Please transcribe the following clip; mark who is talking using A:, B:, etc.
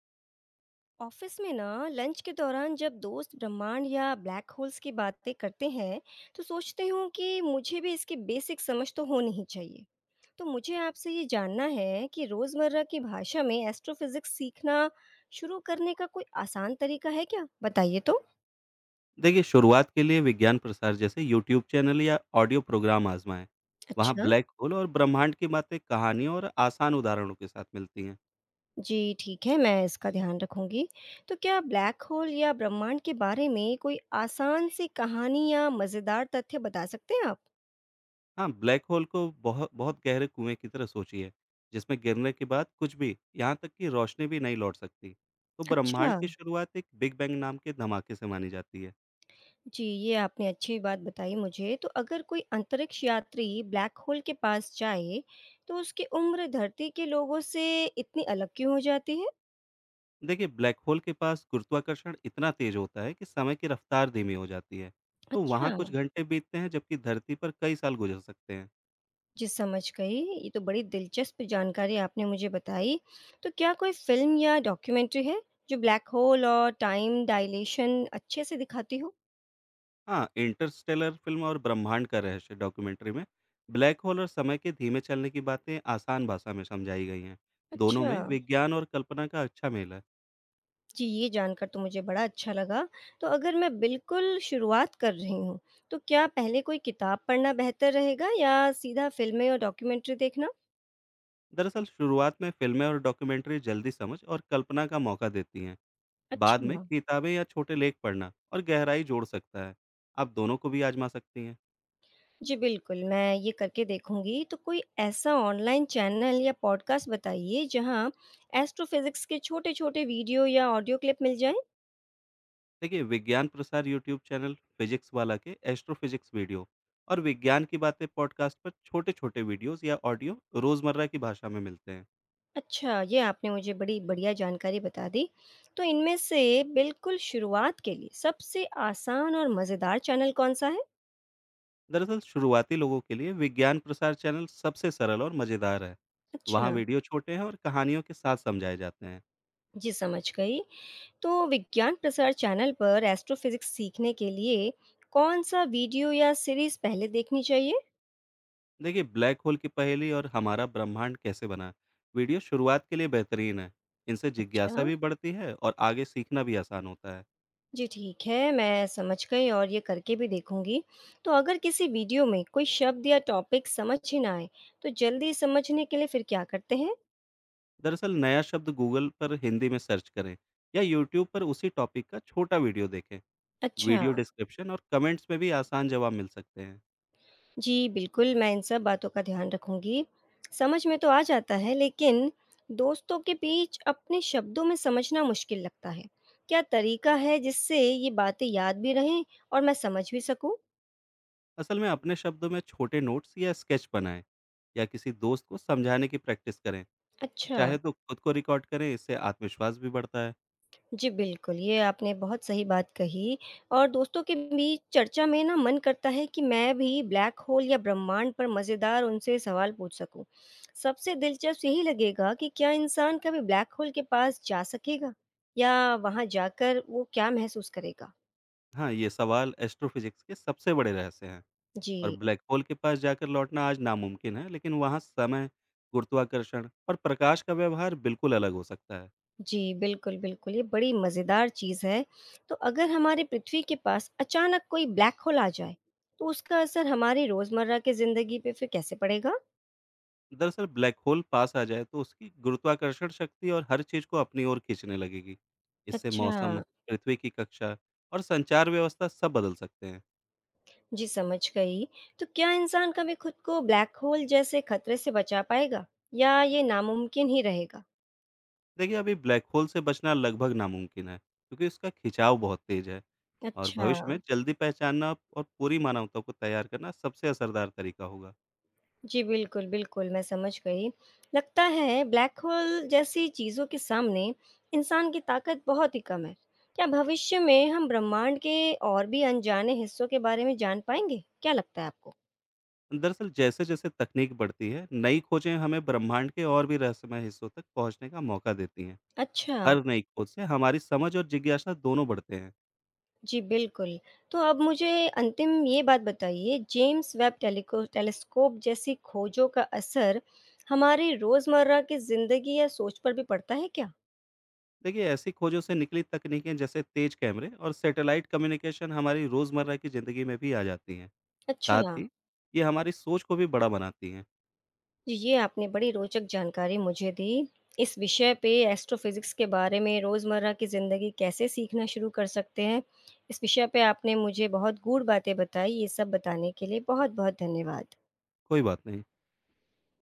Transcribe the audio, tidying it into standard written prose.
A: Office में ना lunch के दौरान जब दोस्त ब्रह्मांड या ब्लैक होल्स की बातें करते हैं तो सोचते हूँ कि मुझे भी इसकी बेसिक समझ तो होनी ही चाहिए। तो मुझे आपसे ये जानना है कि रोजमर्रा की भाषा में एस्ट्रोफिजिक्स सीखना शुरू करने का कोई आसान तरीका है क्या, बताइए तो।
B: देखिए, शुरुआत के लिए विज्ञान प्रसार जैसे यूट्यूब चैनल या ऑडियो प्रोग्राम आजमाएं। वहाँ
A: अच्छा।
B: ब्लैक होल और ब्रह्मांड की बातें कहानियों और आसान उदाहरणों के साथ मिलती हैं।
A: जी ठीक है, मैं इसका ध्यान रखूंगी। तो क्या ब्लैक होल या ब्रह्मांड के बारे में कोई आसान सी कहानी या मजेदार तथ्य बता सकते हैं आप?
B: हाँ, ब्लैक होल को बहुत बहुत गहरे कुएं की तरह सोचिए, जिसमें गिरने के बाद कुछ भी, यहाँ तक कि रोशनी भी नहीं लौट सकती। तो
A: अच्छा।
B: ब्रह्मांड की शुरुआत एक बिग बैंग नाम के धमाके से मानी जाती है।
A: जी, ये आपने अच्छी बात बताई मुझे। तो अगर कोई अंतरिक्ष यात्री ब्लैक होल के पास जाए, तो उसकी उम्र धरती के लोगों से इतनी अलग क्यों हो जाती है?
B: देखिए, ब्लैक होल के पास गुरुत्वाकर्षण इतना तेज होता है कि समय की रफ्तार धीमी हो जाती है। तो
A: अच्छा,
B: वहाँ कुछ घंटे बीतते हैं, जबकि धरती पर कई साल गुजर सकते हैं।
A: जी समझ गई। ये तो बड़ी दिलचस्प जानकारी आपने मुझे बताई। तो क्या कोई फ़िल्म या डॉक्यूमेंट्री है, जो ब्लैक होल और टाइम डायलेशन अच्छे से दिखाती हो?
B: हाँ, इंटरस्टेलर फ़िल्म और ब्रह्मांड का रहस्य डॉक्यूमेंट्री में ब्लैक होल और समय के धीमे चलने की बातें आसान भाषा में समझाई गई हैं। दोनों
A: अच्छा।
B: में विज्ञान और कल्पना का अच्छा मेल है।
A: जी, ये जानकर तो मुझे बड़ा अच्छा लगा। तो अगर मैं बिल्कुल शुरुआत कर रही हूँ, तो क्या पहले कोई किताब पढ़ना बेहतर रहेगा या सीधा फ़िल्में और डॉक्यूमेंट्री देखना?
B: दरअसल शुरुआत में फ़िल्में और डॉक्यूमेंट्री जल्दी समझ और कल्पना का मौका देती हैं। बाद में
A: अच्छा।
B: किताबें या छोटे लेख पढ़ना और गहराई जोड़ सकता है। आप दोनों को भी आज़मा सकती हैं।
A: जी, बिल्कुल, मैं ये करके देखूँगी। तो कोई ऐसा ऑनलाइन चैनल या पॉडकास्ट बताइए जहाँ एस्ट्रोफ़िज़िक्स के छोटे-छोटे वीडियो या ऑडियो क्लिप मिल जाएँ?
B: देखिए, विज्ञान प्रसार यूट्यूब चैनल, फिजिक्स वाला के एस्ट्रोफिजिक्स वीडियो और विज्ञान की बातें पॉडकास्ट पर छोटे-छोटे वीडियोज़ या ऑडियो रोज़मर्रा की भाषा में मिलते हैं।
A: अच्छा, ये आपने मुझे बड़ी बढ़िया जानकारी बता दी। तो इनमें से बिल्कुल शुरुआत के लिए सबसे आसान और मज़ेदार चैनल कौन-सा है?
B: दरअसल शुरुआती लोगों के लिए विज्ञान प्रसार चैनल सबसे सरल और मज़ेदार है। वहाँ
A: अच्छा।
B: वीडियो छोटे हैं और कहानियों के साथ समझाए जाते हैं।
A: जी, समझ गई। तो विज्ञान प्रसार चैनल पर एस्ट्रोफ़िज़िक्स सीखने के लिए कौन-सा वीडियो या सीरीज़ पहले देखनी चाहिए?
B: देखिए, ब्लैक होल की पहेली और हमारा ब्रह्मांड कैसे बना वीडियो शुरुआत के लिए बेहतरीन है। इनसे
A: अच्छा,
B: जिज्ञासा भी बढ़ती है और आगे सीखना भी आसान होता है।
A: जी ठीक है, मैं समझ गई और ये करके भी देखूँगी। तो अगर किसी वीडियो में कोई शब्द या टॉपिक समझ ही ना आए, तो जल्दी समझने के लिए फिर क्या करते हैं?
B: दरअसल नया शब्द गूगल पर हिंदी में सर्च करें या यूट्यूब पर उसी टॉपिक का छोटा वीडियो देखें।
A: अच्छा।
B: वीडियो डिस्क्रिप्शन और कमेंट्स में भी आसान जवाब मिल सकते हैं।
A: जी, बिल्कुल, मैं इन सब बातों का ध्यान रखूँगी। समझ में तो आ जाता है, लेकिन दोस्तों के बीच अपने शब्दों में समझना मुश्किल लगता है। क्या तरीका है जिससे ये बातें याद भी रहें और मैं समझ भी सकूँ?
B: असल में अपने शब्दों में छोटे नोट्स या स्केच बनाएं या किसी दोस्त को समझाने की प्रैक्टिस करें।
A: अच्छा।
B: चाहे तो खुद को रिकॉर्ड करें, इससे आत्मविश्वास भी बढ़ता है।
A: जी, बिल्कुल, ये आपने बहुत सही बात कही और दोस्तों के बीच चर्चा में ना मन करता है कि मैं भी ब्लैक होल या ब्रह्मांड पर मज़ेदार उनसे सवाल पूछ सकूं। सबसे दिलचस्प यही लगेगा कि क्या इंसान कभी ब्लैक होल के पास जा सकेगा या वहां जाकर वो क्या महसूस करेगा?
B: हाँ, ये सवाल एस्ट्रोफिजिक्स के सबसे बड़े रहस्य हैं।
A: जी,
B: और ब्लैक होल के पास जाकर लौटना आज नामुमकिन है, लेकिन वहाँ समय, गुरुत्वाकर्षण और प्रकाश का व्यवहार बिल्कुल अलग हो सकता है।
A: जी, बिल्कुल, ये बड़ी मज़ेदार चीज़ है। तो अगर हमारे पृथ्वी के पास अचानक कोई ब्लैक होल आ जाए, तो उसका असर हमारी रोज़मर्रा की ज़िंदगी पे फिर कैसे पड़ेगा?
B: दरअसल ब्लैक होल पास आ जाए तो उसकी गुरुत्वाकर्षण शक्ति और हर चीज को अपनी ओर खींचने लगेगी। इससे
A: अच्छा।
B: मौसम, पृथ्वी की कक्षा और संचार व्यवस्था सब बदल सकते हैं।
A: जी समझ गई। तो क्या इंसान कभी खुद को ब्लैक होल जैसे खतरे से बचा पाएगा या ये नामुमकिन ही रहेगा?
B: देखिए, अभी ब्लैक होल से बचना लगभग नामुमकिन है, क्योंकि उसका खिंचाव बहुत तेज़ है। और
A: अच्छा,
B: भविष्य में जल्दी पहचानना और पूरी मानवता को तैयार करना सबसे असरदार तरीका होगा।
A: जी बिल्कुल, मैं समझ गई। लगता है ब्लैक होल जैसी चीज़ों के सामने इंसान की ताकत बहुत ही कम है। क्या भविष्य में हम ब्रह्मांड के और भी अनजाने हिस्सों के बारे में जान पाएंगे? क्या लगता है आपको?
B: दरअसल जैसे-जैसे तकनीक बढ़ती है, नई खोजें हमें ब्रह्मांड के और भी रहस्यमय हिस्सों तक पहुँचने का मौका देती हैं।
A: अच्छा।
B: हर नई खोज से हमारी समझ और जिज्ञासा दोनों बढ़ते हैं।
A: जी, बिल्कुल। तो अब मुझे अंतिम ये बात बताइए, जेम्स वेब टेलिको टेलीस्कोप जैसी खोजों का असर हमारी रोज़मर्रा की ज़िंदगी या सोच पर भी पड़ता है क्या?
B: देखिए, ऐसी खोजों से निकली तकनीकें जैसे तेज कैमरे और सैटेलाइट कम्युनिकेशन हमारी रोज़मर्रा की ज़िंदगी में भी आ जाती हैं। साथ
A: अच्छा।
B: ही, ये हमारी सोच को भी बड़ा बनाती हैं।
A: जी, ये आपने बड़ी रोचक जानकारी मुझे दी। इस विषय पे एस्ट्रोफ़िज़िक्स के बारे में रोज़मर्रा की ज़िंदगी कैसे सीखना शुरू कर सकते हैं, इस विषय पे आपने मुझे बहुत गूढ़ बातें बताई। ये सब बताने के लिए बहुत-बहुत धन्यवाद।
B: कोई बात नहीं।